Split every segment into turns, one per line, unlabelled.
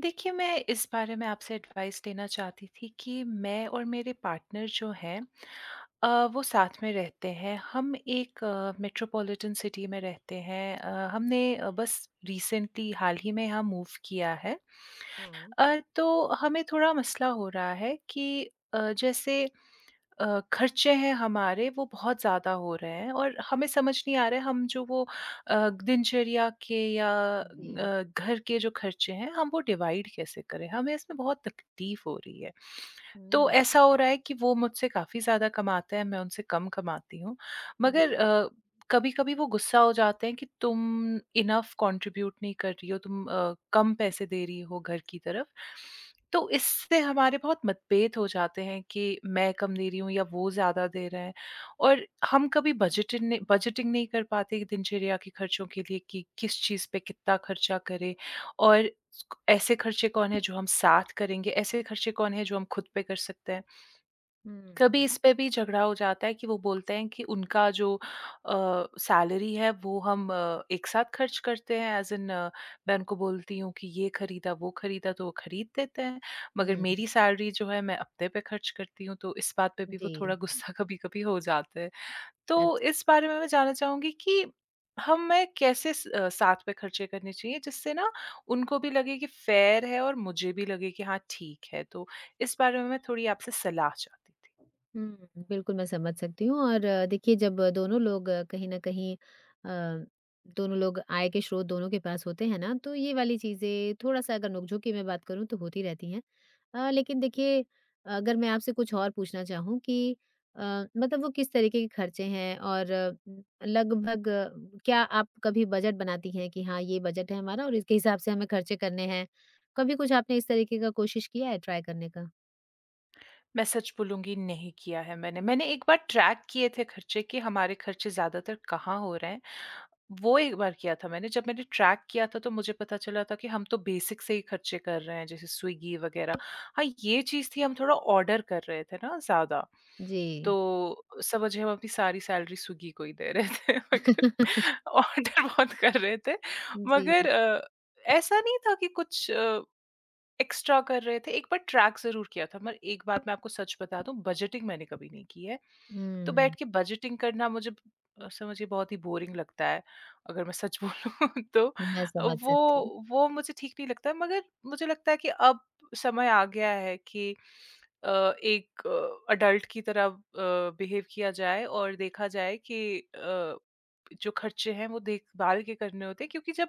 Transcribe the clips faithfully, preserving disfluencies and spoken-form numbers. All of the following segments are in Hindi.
देखिए, मैं इस बारे में आपसे एडवाइस लेना चाहती थी कि मैं और मेरे पार्टनर जो हैं अ, वो साथ में रहते हैं। हम एक मेट्रोपॉलिटन सिटी में रहते हैं। अ, हमने अ, बस रिसेंटली हाल ही में यहाँ मूव किया है।
हाँ,
अ, तो हमें थोड़ा मसला हो रहा है कि अ, जैसे अ, खर्चे हैं हमारे वो बहुत ज़्यादा हो रहे हैं और हमें समझ नहीं आ रहा है हम जो वो अ, दिनचर्या के या
जी।
अ, घर के जो खर्चे हैं हम वो डिवाइड कैसे करें? हमें इसमें बहुत तकलीफ़ हो रही है। तो
हुँ,
ऐसा हो रहा है कि वो मुझसे काफ़ी ज़्यादा कमाते हैं, मैं उनसे कम कमाती हूँ।
जी।
मगर अ, कभी-कभी वो गुस्सा हो जाते हैं कि तुम इनफ कंट्रीब्यूट नहीं कर रही हो, तुम अ, कम पैसे दे रही हो घर की तरफ। तो इससे हमारे बहुत मतभेद हो जाते हैं कि मैं कम दे रही हूँ या वो ज़्यादा दे रहे हैं और हम कभी बजटिंग नहीं बजटिंग नहीं कर पाते कि दिनचर्या के खर्चों के लिए कि किस चीज़ पे कितना खर्चा करें और ऐसे खर्चे कौन है जो हम साथ करेंगे ऐसे खर्चे कौन है जो हम खुद पे कर सकते हैं कभी
हुँ,
इस पे भी झगड़ा हो जाता है कि वो बोलते हैं कि उनका जो अ, सैलरी है वो हम अ, एक साथ खर्च करते हैं एज़ इन अ, मैं उनको बोलती हूँ कि ये खरीदा, वो खरीदा तो वो खरीद देते हैं, मगर
हुँ,
मेरी सैलरी जो है मैं अपने पे खर्च करती हूँ, तो इस बात पे भी वो
जी।
थोड़ा गुस्सा कभी-कभी हो जाते हैं। तो
अच्छा।
इस बारे में मैं जानना चाहूँगी कि हमें कैसे स अ, साथ में खर्चे करने चाहिए जिससे ना उनको भी लगे कि फ़ेयर है और मुझे भी लगे कि हाँ, ठीक है। तो इस बारे में मैं थोड़ी आपसे सलाह चाहती थी।
हुँ, बिल्कुल मैं समझ सकती हूँ और अ, देखिए जब दोनों लोग अ, कहीं न कहीं अ, दोनों लोग आय के स्रोत दोनों के पास होते हैं ना, तो ये वाली चीज़ें थोड़ा-सा अगर नोक-झोंक की मैं बात करूँ तो होती रहती हैं। अ, लेकिन देखिए अगर मैं आपसे कुछ और पूछना चाहूँ कि अ, मतलब वो किस तरीके के खर्चे हैं और अ, लगभग अ, क्या आप कभी बजट बनाती हैं कि हाँ ये बजट है हमारा और इसके हिसाब से हमें खर्चे करने हैं। कभी कुछ आपने इस तरीके का कोशिश किया है, ट्राई करने का?
मैं सच बोलूँगी नहीं किया है मैंने। मैंने एक बार ट्रैक किए थे खर्चे कि हमारे खर्चे ज़्यादातर कहाँ हो रहे हैं, वो एक बार किया था मैंने। जब मैंने ट्रैक किया था तो मुझे पता चला था कि हम तो बेसिक से ही खर्चे कर रहे हैं जैसे स्विगी वग़ैरह। हाँ, ये चीज़ थी हम थोड़ा ऑर्डर कर रहे थे ना ज़्यादा,
जी।
तो समझिए हम अपनी सारी सैलरी स्विगी को ही दे रहे थे मगर ऑर्डर बहुत कर रहे थे
जी।
मगर अ, ऐसा नहीं था कि कुछ अ एक्स्ट्रा कर रहे थे, एक बार ट्रैक ज़रूर किया था मगर एक बात मैं आपको सच बता दूँ बजटिंग मैंने कभी नहीं की है। तो बैठ
हम्म।
के बजटिंग करना मुझे अ, समझिए बहुत ही बोरिंग लगता है, अगर मैं सच बोलूँ तो
मैं
अ,
समझ
वो
सकती हूँ।
वो मुझे ठीक नहीं लगता मगर मुझे लगता है कि अब समय आ गया है कि अ, एक अ, एडल्ट की तरह अ, बिहेव किया जाए और देखा जाए कि अ, जो खर्चे हैं वो देखभाल के करने होते हैं क्योंकि जब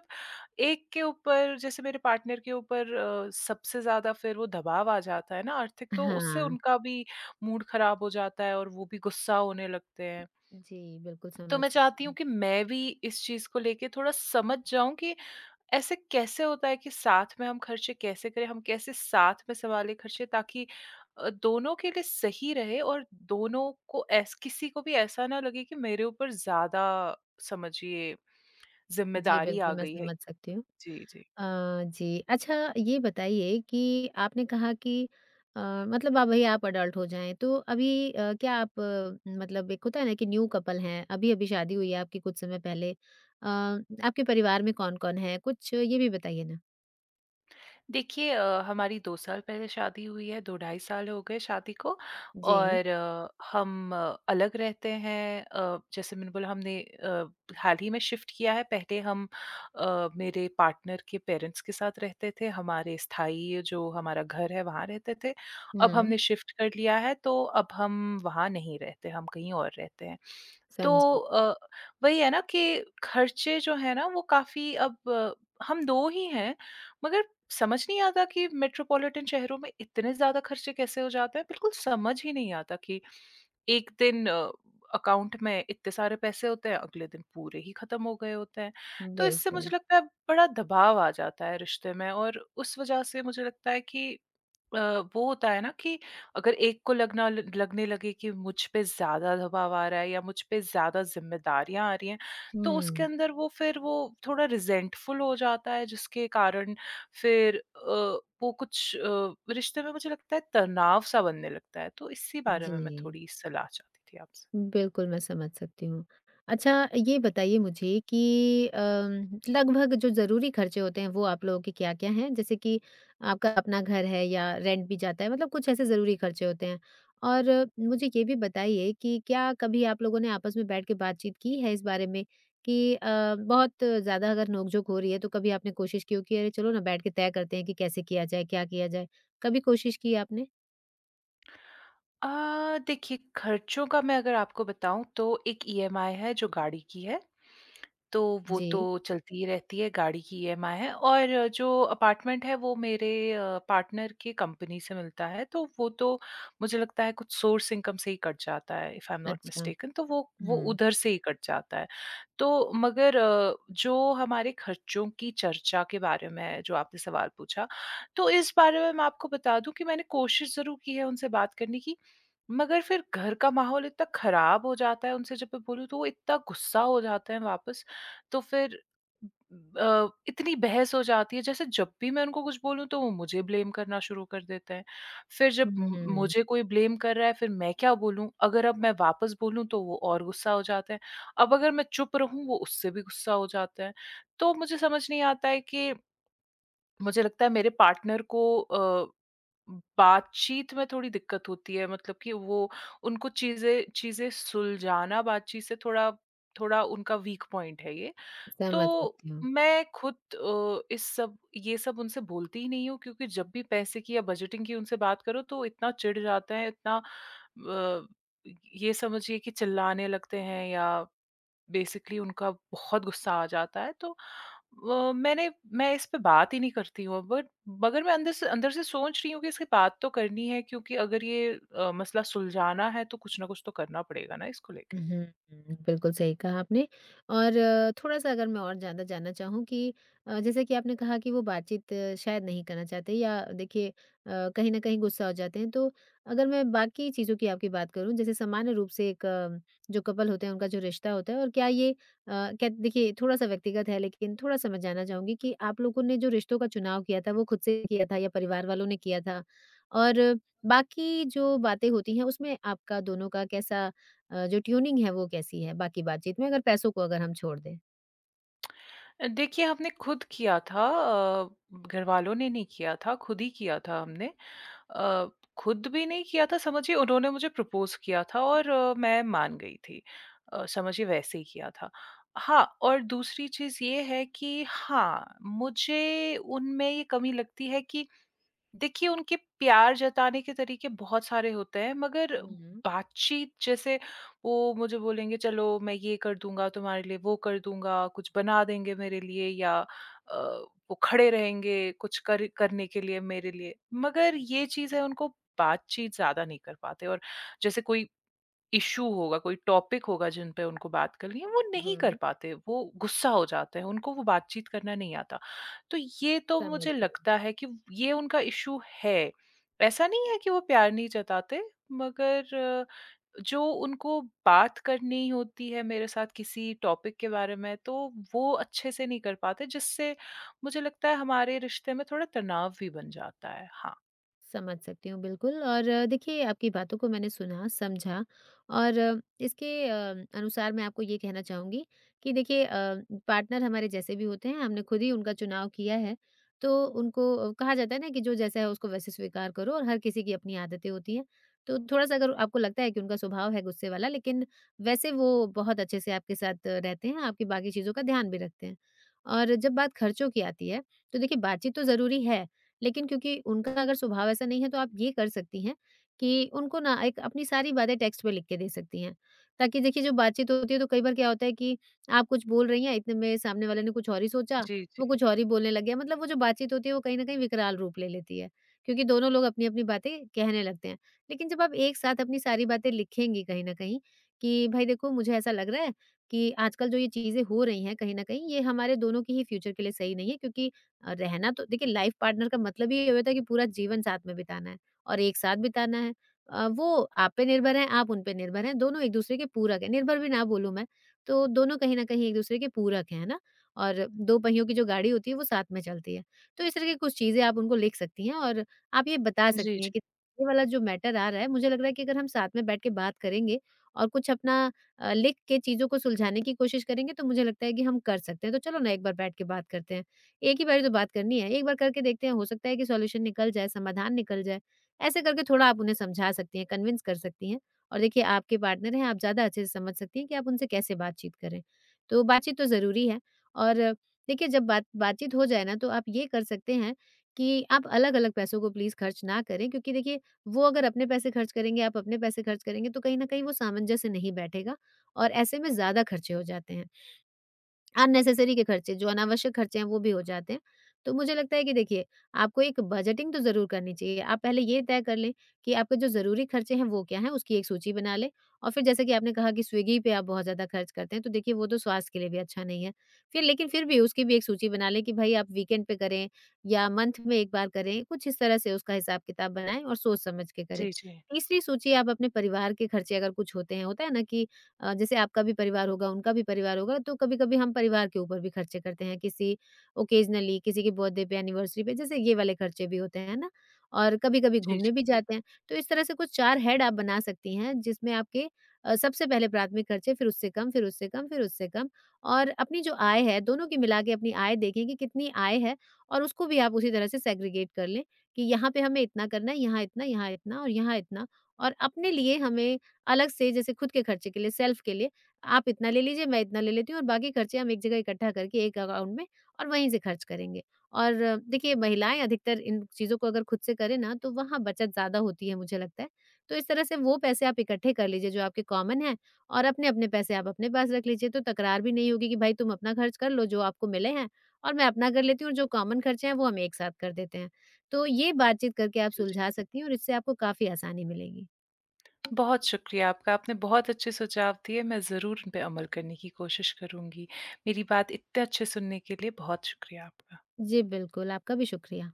एक के ऊपर जैसे मेरे पार्टनर के ऊपर अ, सबसे ज़्यादा फिर वो दबाव आ जाता है ना आर्थिक तो उससे
हाँ।
उनका भी मूड ख़राब हो जाता है और वो भी गुस्सा होने लगते हैं।
जी, बिल्कुल
तो
समझ
मैं चाहती
सकती
हूँ
हूँ।
कि मैं भी इस चीज़ को लेके थोड़ा समझ जाऊँ कि ऐसे कैसे होता है कि साथ में हम खर्चे कैसे करें, हम कैसे साथ में सँभालें खर्चे ताकि अ, दोनों के लिए सही रहे और दोनों को ऐस किसी को भी ऐसा ना लगे कि मेरे ऊपर ज़्यादा समझिए
जी,
ज़िम्मेदारी आ
बिल्कुल मैं
गई है।
समझ सकती हूँ।
जी, जी।
अ, जी। अच्छा ये बताइए कि आपने कहा कि अ, मतलब अब भई आप अडल्ट हो जाएँ, तो अभी अ, क्या आप आ, मतलब एक होता है ना कि न्यू कपल हैं, अभी-अभी शादी हुई है आपकी कुछ समय पहले। अ, आपके परिवार में कौन-कौन है? कुछ ये भी बताइए ना?
देखिए अ, हमारी दो साल पहले शादी हुई है, दो ढाई साल हो गए शादी को
जी।
और अ, हम अ, अलग रहते हैं। अ, जैसे मैंने बोला हमने अ, हाल ही में शिफ्ट किया है। पहले हम अ, मेरे पार्टनर के पेरेंट्स के साथ रहते थे, हमारे स्थायी जो हमारा घर है वहाँ रहते थे। अब
हुँ,
हमने शिफ्ट कर लिया है तो अब हम वहाँ नहीं रहते, हम कहीं और रहते हैं। तो
समझी।
अ, वही है ना कि खर्चे जो हैं ना वो काफ़ी अब अ, हम दो ही हैं। मगर समझ नहीं आता कि मेट्रोपॉलिटन शहरों में इतने ज़्यादा खर्चे कैसे हो जाते हैं, बिल्कुल समझ ही नहीं आता कि एक दिन अ, अकाउंट में इतने सारे पैसे होते हैं, अगले दिन पूरे ही खत्म हो गए होते हैं। तो इससे मुझे
बिल्कुल।
लगता है बड़ा दबाव आ जाता है रिश्ते में और उस वजह से मुझे लगता है कि अ, वो होता है ना कि अगर एक को लगना लगने लगे कि मुझ पे ज़्यादा दबाव आ रहा है या मुझ पे ज़्यादा ज़िम्मेदारियाँ आ रही हैं, तो उसके
हुँ,
अंदर वो फिर वो थोड़ा रिज़ेंटफुल हो जाता है जिसके कारण फिर अ, वो कुछ अ, रिश्ते में मुझे लगता है तनाव-सा बनने लगता है, तो इसी बारे
जी।
में मैं थोड़ी सलाह चाहती थी आपसे।
बिल्कुल, मैं समझ सकती हूँ। अच्छा ये बताइए मुझे कि अम, लगभग जो ज़रूरी खर्चे होते हैं वो आप लोगों के क्या-क्या हैं? जैसे कि आपका अपना घर है या रेंट भी जाता है, मतलब कुछ ऐसे ज़रूरी खर्चे होते हैं? और अ, मुझे ये भी बताइए कि क्या कभी आप लोगों ने आपस में बैठ के बातचीत की है इस बारे में कि अ, बहुत ज़्यादा अगर नोक-झोंक हो रही है तो कभी आपने कोशिश की हो कि अरे चलो ना बैठ के तय करते हैं कि कैसे किया जाए, क्या किया जाए? कभी कोशिश की आपने?
अ, देखिए खर्चों का मैं अगर आपको बताऊँ तो एक ईएमआई है जो गाड़ी की है तो वो तो
जी,
चलती ही रहती है, गाड़ी की ईएमआई है और जो अपार्टमेंट है वो मेरे अ, पार्टनर की कंपनी से मिलता है, तो वो तो मुझे लगता है कुछ सोर्स इनकम से ही कट जाता है इफ आई एम नॉट
अच्छा।
मिस्टेकन तो वो वो
हुँ।
उधर से ही कट जाता है। तो मगर अ, जो हमारे खर्चों की चर्चा के बारे में है, जो आपने सवाल पूछा, तो इस बारे में मैं आपको बता दूँ कि मैंने कोशिश ज़रूर की है उनसे बात करने की, मगर फिर घर का माहौल इतना खराब हो जाता है उनसे जब मैं बोलूँ तो वो इतना गुस्सा हो जाते हैं वापस तो फिर अ, इतनी बहस हो जाती है जैसे जब भी मैं उनको कुछ बोलूँ तो वो मुझे ब्लेम करना शुरू कर देते हैं। फिर जब म
हुँ।
मुझे कोई ब्लेम कर रहा है फिर मैं क्या बोलूँ? अगर अब मैं वापस बोलूँ तो वो और गुस्सा हो जाते हैं। अब अगर मैं चुप रहूँ वो उससे भी गुस्सा हो जाते हैं। तो मुझे समझ नहीं आता है कि मुझे लगता है मेरे पार्टनर को अ, बातचीत में थोड़ी दिक्कत होती है मतलब कि वो उनको चीज़ें चीज़ें सुलझाना बातचीत से थोड़ा थोड़ा उनका वीक पॉइंट है ये।
समझ
तो
सकती हूँ।
मैं खुद अ, इस सब ये सब उनसे बोलती ही नहीं हूँ क्योंकि जब भी पैसे की या बजटिंग की उनसे बात करो तो इतना चिढ़ जाते हैं, इतना अ, ये समझिए कि चिल्लाने लगते हैं या बेसिकली उनका बहुत गुस्सा आ जाता है। तो अ, मैंने मैं इस पे बात ही नहीं करती हूँ बट मगर मैं अंदर से अंदर से सोच रही हूँ कि इससे बात तो करनी है क्योंकि अगर ये अ, मसला सुलझाना है तो कुछ ना कुछ तो करना पड़ेगा ना इसको
हुँ,
लेके।
हुँ। बिल्कुल सही कहा आपने। और थोड़ा-सा अगर मैं और ज़्यादा जानना चाहूँ कि अ, जैसे कि आपने कहा कि वो बातचीत अ, शायद नहीं करना चाहते या देखिए अ, कहीं न कहीं गुस्सा हो जाते हैं। तो अगर मैं बाकी चीज़ों की आपकी बात करूँ, जैसे सामान्य रूप से एक अ, जो कपल होते हैं उनका जो रिश्ता होता है और क्या ये अ, क्या देखिए थोड़ा-सा व्यक्तिगत है लेकिन थोड़ा-सा मैं जानना चाहूँगी कि आप लोगों ने जो रिश्तों का चुनाव किया था वो खुद से किया था या परिवार वालों ने किया था? और बाकी जो बातें होती हैं उसमें आपका दोनों का कैसा अ, जो ट्यूनिंग है वो कैसी है? बाकी बातचीत में अगर पैसों को अगर हम छोड़ दें।
अ, देखिए हमने खुद किया था अ, घरवालों ने नहीं किया था, खुद ही किया था हमने। अ, खुद भी नहीं किया था समझिए उन्होंने मुझे प्रपोज़ किया था और अ, मैं मान गई थी। अ, समझिए वैसे ही किया था। हाँ, और दूसरी चीज़ ये है कि हाँ, मुझे उनमें ये कमी लगती है कि देखिए उनके प्यार जताने के तरीके बहुत सारे होते हैं मगर
हुँ,
बातचीत जैसे वो मुझे बोलेंगे चलो मैं ये कर दूंगा तुम्हारे लिए वो कर दूंगा कुछ बना देंगे मेरे लिए या अ, वो खड़े रहेंगे कुछ कर करने के लिए मेरे लिए मगर ये चीज़ है उनको बातचीत ज्यादा नहीं कर पाते और जैसे कोई इश्यू होगा, कोई टॉपिक होगा जिन पे उनको बात करनी है, वो नहीं कर
हुँ,
पाते, वो गुस्सा हो जाते हैं, उनको वो बातचीत करना नहीं आता। तो ये तो
समझ
मुझे
गई।
लगता है कि ये उनका इश्यू है। ऐसा नहीं है कि वो प्यार नहीं जताते, मगर अ, जो उनको बात करनी होती है मेरे साथ किसी टॉपिक के बारे में, तो वो अच्छे से नहीं कर पाते, जिससे मुझे लगता है हमारे रिश्ते में थोड़ा तनाव भी बन जाता है। हाँ।
समझ सकती हूँ बिल्कुल। और अ, देखिए आपकी बातों को मैंने सुना समझा और अ, इसके अ, अनुसार मैं आपको ये कहना चाहूँगी कि देखिए अ, पार्टनर हमारे जैसे भी होते हैं, हमने खुद ही उनका चुनाव किया है, तो उनको अ, कहा जाता है ना कि जो जैसा है उसको वैसे स्वीकार करो और हर किसी की अपनी आदतें होती हैं। तो थोड़ा सा अगर आपको लगता है कि उनका स्वभाव है गुस्से वाला लेकिन वैसे वो बहुत अच्छे से आपके साथ अ, रहते हैं, आपकी बाकी चीज़ों का ध्यान भी रखते हैं। और जब बात खर्चों की आती है तो देखिए बातचीत तो ज़रूरी है, लेकिन क्योंकि उनका अगर स्वभाव ऐसा नहीं है तो आप ये कर सकती हैं कि उनको ना एक अपनी सारी बातें टेक्स्ट पे लिख के दे सकती हैं। ताकि देखिए जो बातचीत होती है तो कई बार क्या होता है कि आप कुछ बोल रही हैं, इतने में सामने वाले ने कुछ और ही सोचा,
जी, जी।
वो कुछ और ही बोलने लग गया। मतलब वो जो बातचीत होती है वो कहीं न कहीं विकराल रूप ले लेती है, क्योंकि दोनों लोग अपनी-अपनी बातें कहने लगते हैं। लेकिन जब आप एक साथ अपनी सारी बातें लिखेंगी कहीं न कहीं कि भाई देखो मुझे ऐसा लग रहा है कि आजकल जो ये चीज़ें हो रही हैं कहीं न कहीं ये हमारे दोनों के ही फ्यूचर के लिए सही नहीं है क्योंकि और रहना तो, देखिए लाइफ पार्टनर का मतलब ही ये होता है कि पूरा जीवन साथ में बिताना है और एक साथ बिताना है। अ, वो आप पे निर्भर हैं, आप उन पे निर्भर हैं, दोनों एक-दूसरे के पूरक हैं, निर्भर भी ना बोलूँ मैं, तो दोनों कहीं न कहीं एक-दूसरे के पूरक हैं, है ना? और दो पहियों की जो गाड़ी होती है वो साथ में चलती है। तो इस तरह की कुछ चीज़ें आप उनको लिख सकती हैं और आप ये बता
जी,
सकती
जी।
हैं कि ये वाला जो मैटर आ रहा है, मुझे लग रहा है कि अगर हम साथ में बैठ के बात करेंगे और कुछ अपना अ, लिख के चीज़ों को सुलझाने की कोशिश करेंगे तो मुझे लगता है कि हम कर सकते हैं। तो चलो ना एक बार बैठ के बात करते हैं। एक ही बारी तो बात करनी है, एक बार करके देखते हैं, हो सकता है कि सॉल्यूशन निकल जाए, समाधान निकल जाए। ऐसे करके थोड़ा आप उन्हें समझा सकती हैं, कन्विंस कर सकती हैं। और देखिए आपके पार्टनर हैं, आप ज़्यादा अच्छे से समझ सकती हैं कि आप उनसे कैसे बातचीत करें। तो बातचीत तो ज़रूरी है। और देखिए जब बात बातचीत हो जाए ना तो आप ये कर सकते हैं कि आप अलग-अलग पैसों को प्लीज़ खर्च ना करें क्योंकि देखिए वो अगर अपने पैसे खर्च करेंगे, आप अपने पैसे खर्च करेंगे तो कहीं न कहीं वो सामंजस्य नहीं बैठेगा और ऐसे में ज़्यादा खर्चे हो जाते हैं। अननेसेसरी के खर्चे, जो अनावश्यक खर्चे हैं वो भी हो जाते हैं। तो मुझे लगता है कि देखिए, आपको एक बजटिंग तो ज़रूर करनी चाहिए। आप पहले ये तय कर लें कि आपके जो ज़रूरी खर्चे हैं वो क्या हैं, उसकी एक सूची बना लें। और फिर जैसे कि आपने कहा कि स्विगी पे आप बहुत ज़्यादा खर्च करते हैं, तो देखिए वो तो स्वास्थ्य के लिए भी अच्छा नहीं है। फिर लेकिन फिर भी उसकी भी एक सूची बना लें कि भई आप वीकेंड पे करें या मंथ में एक बार करें, कुछ इस तरह से उसका हिसाब-किताब बनाएँ और सोच समझ के करें।
जी, जी।
तीसरी सूची आप अपने परिवार के खर्चे अगर कुछ होते हैं, होता है ना कि अ, जैसे आपका भी परिवार होगा, उनका भी परिवार होगा, तो कभी-कभी हम परिवार के ऊपर भी खर्चे करते हैं, किसी ओकेजनली किसी के बर्थडे पे, एनिवर्सरी पे, जैसे ये वाले खर्चे भी होते हैं, है ना? और कभी-कभी
जी,
घूमने
जी।
भी जाते हैं। तो इस तरह से कुछ चार हेड आप बना सकती हैं, जिसमें आपके अ, सबसे पहले प्राथमिक खर्चे, फिर उससे कम, फिर उससे कम, फिर उससे कम। और अपनी जो आय है, दोनों की मिला के अपनी आय देखें कि कितनी आय है और उसको भी आप उसी तरह से सेग्रीगेट कर लें कि यहाँ पे हमें इतना करना है, यहाँ इतना, यहाँ इतना और यहाँ इतना। और अपने लिए हमें अलग से, जैसे खुद के खर्चे के लिए, सेल्फ के लिए, आप इतना ले लीजिए, मैं इतना ले लेती हूँ और बाकी खर्चे हम एक जगह इकट्ठा करके एक अकाउंट में और वहीं से खर्च करेंगे। और अ, देखिए महिलाएँ अधिकतर इन चीज़ों को अगर खुद से करें ना तो वहाँ बचत ज़्यादा होती है मुझे लगता है। तो इस तरह से वो पैसे आप इकट्ठे कर लीजिए जो आपके कॉमन हैं और अपने-अपने पैसे आप अपने पास रख लीजिए। तो तकरार भी नहीं होगी कि भाई तुम अपना खर्च कर लो जो आपको मिले हैं और मैं अपना कर लेती हूँ और जो कॉमन खर्चे हैं वो हम एक साथ कर देते हैं। तो ये बातचीत करके आप
जी, जी।
सुलझा सकती हैं और इससे आपको काफ़ी आसानी मिलेगी।
बहुत शुक्रिया आपका। आपने बहुत अच्छे सुझाव दिए, मैं ज़रूर उन पे अमल करने की कोशिश करूँगी। मेरी बात इतने अच्छे सुनने के लिए बहुत शुक्रिया आपका।
जी, बिल्कुल, आपका भी शुक्रिया।